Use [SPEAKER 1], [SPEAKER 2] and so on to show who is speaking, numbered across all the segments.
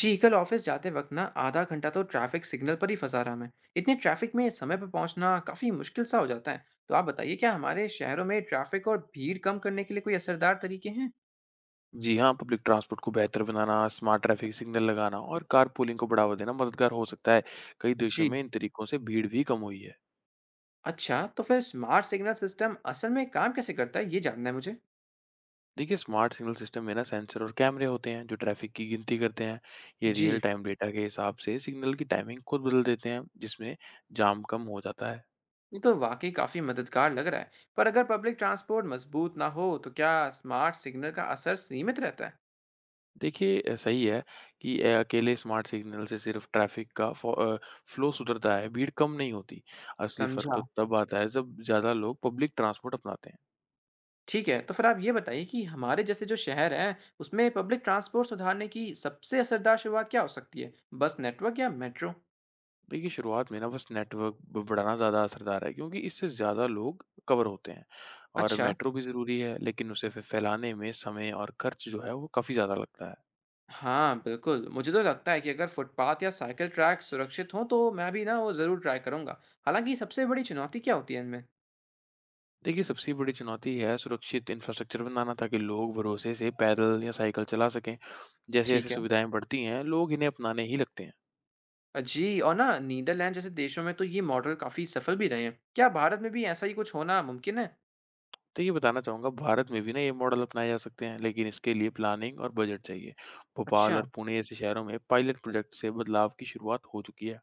[SPEAKER 1] जी, कल ऑफिस जाते वक्त ना आधा घंटा तो ट्रैफिक सिग्नल पर ही फंसा रहा मैं। इतने ट्रैफिक में समय पर पहुंचना काफी मुश्किल सा हो जाता है। तो आप बताइए, क्या हमारे शहरों में ट्रैफिक और भीड़ कम करने के लिए कोई असरदार तरीके हैं?
[SPEAKER 2] जी हाँ, पब्लिक ट्रांसपोर्ट को बेहतर बनाना, स्मार्ट ट्रैफिक सिग्नल लगाना और कारपूलिंग को बढ़ावा देना मददगार हो सकता है। कई देशों
[SPEAKER 1] जी।
[SPEAKER 2] में इन तरीकों से भीड़ भी कम हुई है।
[SPEAKER 1] अच्छा, तो फिर स्मार्ट सिग्नल सिस्टम असल में काम कैसे करता है, ये जानना है मुझे।
[SPEAKER 2] देखिए, स्मार्ट सिग्नल सिस्टम में ना सेंसर और कैमरे होते हैं, जो ट्रैफिक की गिनती करते हैं। ये रियल
[SPEAKER 1] जी।
[SPEAKER 2] टाइम डेटा के हिसाब से सिग्नल की टाइमिंग खुद बदल देते हैं, जिसमें जाम कम हो जाता है।
[SPEAKER 1] ये तो वाकई काफी मददगार लग रहा है। पर अगर पब्लिक ट्रांसपोर्ट मजबूत ना हो तो क्या स्मार्ट सिग्नल का असर सीमित रहता है?
[SPEAKER 2] देखिए, सही है कि अकेले स्मार्ट सिग्नल से सिर्फ ट्रैफिक का फ़्लो सुधरता है, भीड़ कम नहीं होती। असली फ़र्क तो
[SPEAKER 1] समझा।
[SPEAKER 2] तब आता है, जब ज़्यादा लोग पब्लिक ट्रांसपोर्ट अपनाते हैं।
[SPEAKER 1] ठीक है, तो फिर आप ये बताइए कि हमारे जैसे जो शहर हैं, उसमें पब्लिक ट्रांसपोर्ट सुधारने की सबसे असरदार शुरुआत क्या हो सकती है? बस नेटवर्क या मेट्रो?
[SPEAKER 2] देखिए शुरुआत में ना बस नेटवर्क बढ़ाना ज़्यादा असरदार है क्योंकि इससे ज़्यादा लोग कवर होते हैं। और
[SPEAKER 1] अच्छा।
[SPEAKER 2] मेट्रो भी ज़रूरी है लेकिन उसे फिर फैलाने में समय और खर्च जो है वो काफ़ी ज़्यादा लगता है।
[SPEAKER 1] हाँ, बिल्कुल। मुझे तो लगता है कि अगर फुटपाथ या साइकिल ट्रैक सुरक्षित हों, तो मैं भी ना वो ज़रूर ट्राई करूँगा। हालाँकि सबसे बड़ी चुनौती क्या होती है इनमें?
[SPEAKER 2] देखिए सबसे बड़ी चुनौती है सुरक्षित इंफ्रास्ट्रक्चर बनाना ताकि लोग भरोसे से पैदल या साइकिल चला सकें। जैसे जैसे
[SPEAKER 1] ठीक है।
[SPEAKER 2] सुविधाएं बढ़ती हैं लोग इन्हें अपनाने ही लगते हैं।
[SPEAKER 1] जी, और ना नीदरलैंड जैसे देशों में तो ये मॉडल काफ़ी सफल भी रहे हैं। क्या भारत में भी ऐसा ही कुछ होना मुमकिन है?
[SPEAKER 2] तो ये बताना चाहूँगा भारत में भी ना ये मॉडल अपनाए जा सकते हैं लेकिन इसके लिए प्लानिंग और बजट चाहिए। भोपाल
[SPEAKER 1] अच्छा।
[SPEAKER 2] और पुणे जैसे शहरों में पायलट प्रोजेक्ट से बदलाव की शुरुआत हो चुकी है।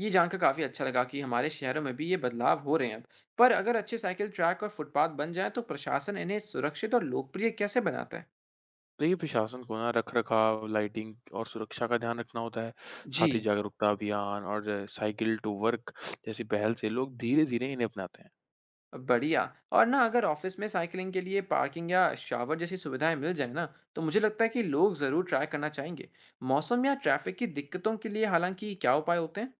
[SPEAKER 1] ये जानकर काफ़ी अच्छा लगा कि हमारे शहरों में भी ये बदलाव हो रहे हैं अब। पर अगर अच्छे साइकिल ट्रैक और फुटपाथ बन जाएं तो प्रशासन इन्हें सुरक्षित और लोकप्रिय कैसे बनाता है?
[SPEAKER 2] देखिए, प्रशासन को ना रख-रखाव, लाइटिंग और सुरक्षा का ध्यान रखना होता है। साथ ही
[SPEAKER 1] जी।
[SPEAKER 2] जागरूकता अभियान और साइकिल टू वर्क जैसी पहल से लोग धीरे-धीरे इन्हें अपनाते हैं।
[SPEAKER 1] बढ़िया। और ना, अगर ऑफिस में साइकिलिंग के लिए पार्किंग या शावर जैसी सुविधाएं मिल जाए ना, तो मुझे लगता है कि लोग ज़रूर ट्राई करना चाहेंगे। मौसम या ट्रैफिक की दिक्कतों के लिए हालांकि क्या उपाय होते हैं?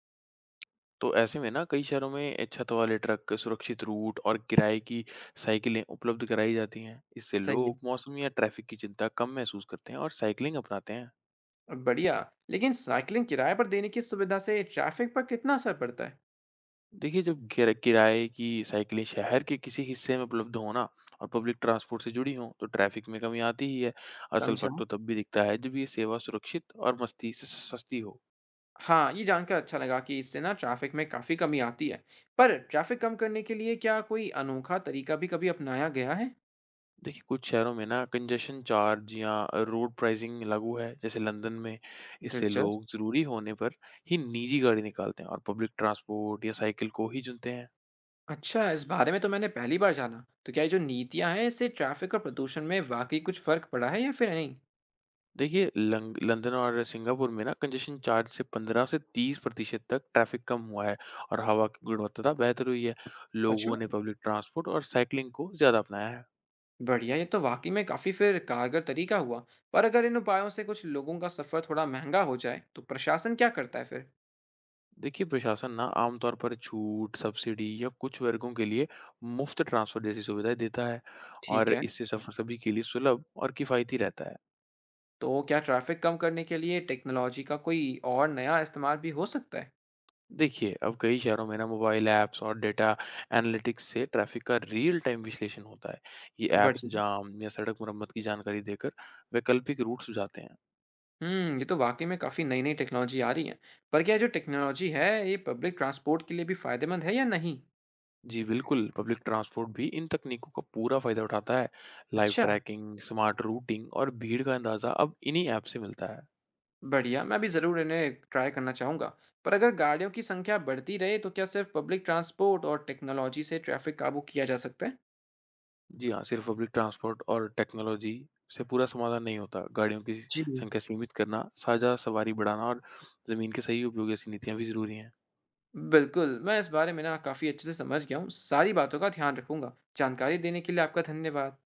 [SPEAKER 2] तो ऐसे में ना कई शहरों में छत वाले ट्रक, सुरक्षित रूट और किराए की साइकिलें उपलब्ध कराई जाती हैं। इससे
[SPEAKER 1] सही है।
[SPEAKER 2] लोग मौसम या ट्रैफिक की चिंता कम महसूस करते हैं और साइकिलिंग अपनाते हैं।
[SPEAKER 1] बढ़िया। लेकिन साइकिलिंग किराए पर देने की सुविधा से ट्रैफिक पर कितना असर पड़ता है?
[SPEAKER 2] देखिए, जब किराए की साइकिलें शहर के किसी हिस्से में उपलब्ध हो ना और पब्लिक ट्रांसपोर्ट से जुड़ी हों, तो ट्रैफिक में कमी आती ही है। असल
[SPEAKER 1] समझा।
[SPEAKER 2] फ़र्क तो तब भी दिखता है जब ये सेवा सुरक्षित और मस्ती स स सस्ती हो।
[SPEAKER 1] हाँ, ये जानकर अच्छा लगा कि इससे ना ट्रैफ़िक में काफ़ी कमी आती है। पर ट्रैफ़िक कम करने के लिए क्या कोई अनोखा तरीका भी कभी अपनाया गया है?
[SPEAKER 2] देखिए, कुछ शहरों में ना कंजेशन चार्ज या रोड प्राइज़िंग लागू है, जैसे लंदन में। इससे
[SPEAKER 1] दिलचस्प।
[SPEAKER 2] लोग ज़रूरी होने पर ही निजी गाड़ी निकालते हैं और पब्लिक ट्रांसपोर्ट या साइकिल को ही चुनते हैं।
[SPEAKER 1] अच्छा, इस बारे में तो मैंने पहली बार जाना। तो क्या ये जो नीतियाँ हैं, इससे ट्रैफ़िक और प्रदूषण में वाक़ई कुछ फ़र्क पड़ा है या फिर नहीं?
[SPEAKER 2] देखिए लंग लंदन और सिंगापुर में ना कंजेशन चार्ज से 15 से 30% तक ट्रैफिक कम हुआ है। और हवा की गुणवत्ता बेहतर हुई है।
[SPEAKER 1] सच
[SPEAKER 2] लोगों
[SPEAKER 1] में?
[SPEAKER 2] ने पब्लिक ट्रांसपोर्ट और साइकिलिंग को ज़्यादा अपनाया है।
[SPEAKER 1] बढ़िया, ये तो वाक़ई में काफ़ी फिर कारगर तरीका हुआ। पर अगर इन उपायों से कुछ लोगों का सफ़र थोड़ा महँगा हो जाए, तो प्रशासन क्या करता है फिर?
[SPEAKER 2] देखिए प्रशासन ना आमतौर पर छूट सब्सिडी या कुछ वर्गों के लिए मुफ्त ट्रांसपोर्ट जैसी सुविधाएं देता है।
[SPEAKER 1] ठीक
[SPEAKER 2] और
[SPEAKER 1] है।
[SPEAKER 2] इससे सफ़र सभी के लिए सुलभ और किफ़ायती रहता है।
[SPEAKER 1] तो क्या ट्रैफ़िक कम करने के लिए टेक्नोलॉजी का कोई और नया इस्तेमाल भी हो सकता है?
[SPEAKER 2] देखिए, अब कई शहरों में ना मोबाइल ऐप्स और डेटा एनालिटिक्स से ट्रैफ़िक का रियल टाइम विश्लेषण होता है। ये ऐप्स
[SPEAKER 1] बढ़िया।
[SPEAKER 2] जाम या सड़क मरम्मत की जानकारी देकर वैकल्पिक रूट सुझाते हैं।
[SPEAKER 1] हुँ, ये तो वाक़ई में काफ़ी नई-नई टेक्नोलॉजी आ रही है। पर क्या ये जो टेक्नोलॉजी है, ये पब्लिक ट्रांसपोर्ट के लिए भी फ़ायदेमंद है या नहीं?
[SPEAKER 2] जी बिल्कुल, पब्लिक ट्रांसपोर्ट भी इन तकनीकों का पूरा फ़ायदा उठाता है। लाइव
[SPEAKER 1] अच्छा।
[SPEAKER 2] ट्रैकिंग, स्मार्ट रूटिंग और भीड़ का अंदाज़ा अब इन्हीं ऐप से मिलता है।
[SPEAKER 1] बढ़िया, मैं भी ज़रूर इन्हें ट्राई करना चाहूँगा। पर अगर गाड़ियों की संख्या बढ़ती रहे, तो क्या सिर्फ़ पब्लिक ट्रांसपोर्ट और टेक्नोलॉजी से ट्रैफ़िक काबू किया जा सकता है?
[SPEAKER 2] जी हाँ, सिर्फ पब्लिक ट्रांसपोर्ट और टेक्नोलॉजी से पूरा समाधान नहीं होता। गाड़ियों की
[SPEAKER 1] जी।
[SPEAKER 2] संख्या सीमित करना, साझा सवारी बढ़ाना और ज़मीन के सही उपयोग जैसी नीतियाँ भी ज़रूरी हैं।
[SPEAKER 1] बिल्कुल, मैं इस बारे में ना काफ़ी अच्छे से समझ गया हूँ। सारी बातों का ध्यान रखूँगा। जानकारी देने के लिए आपका धन्यवाद।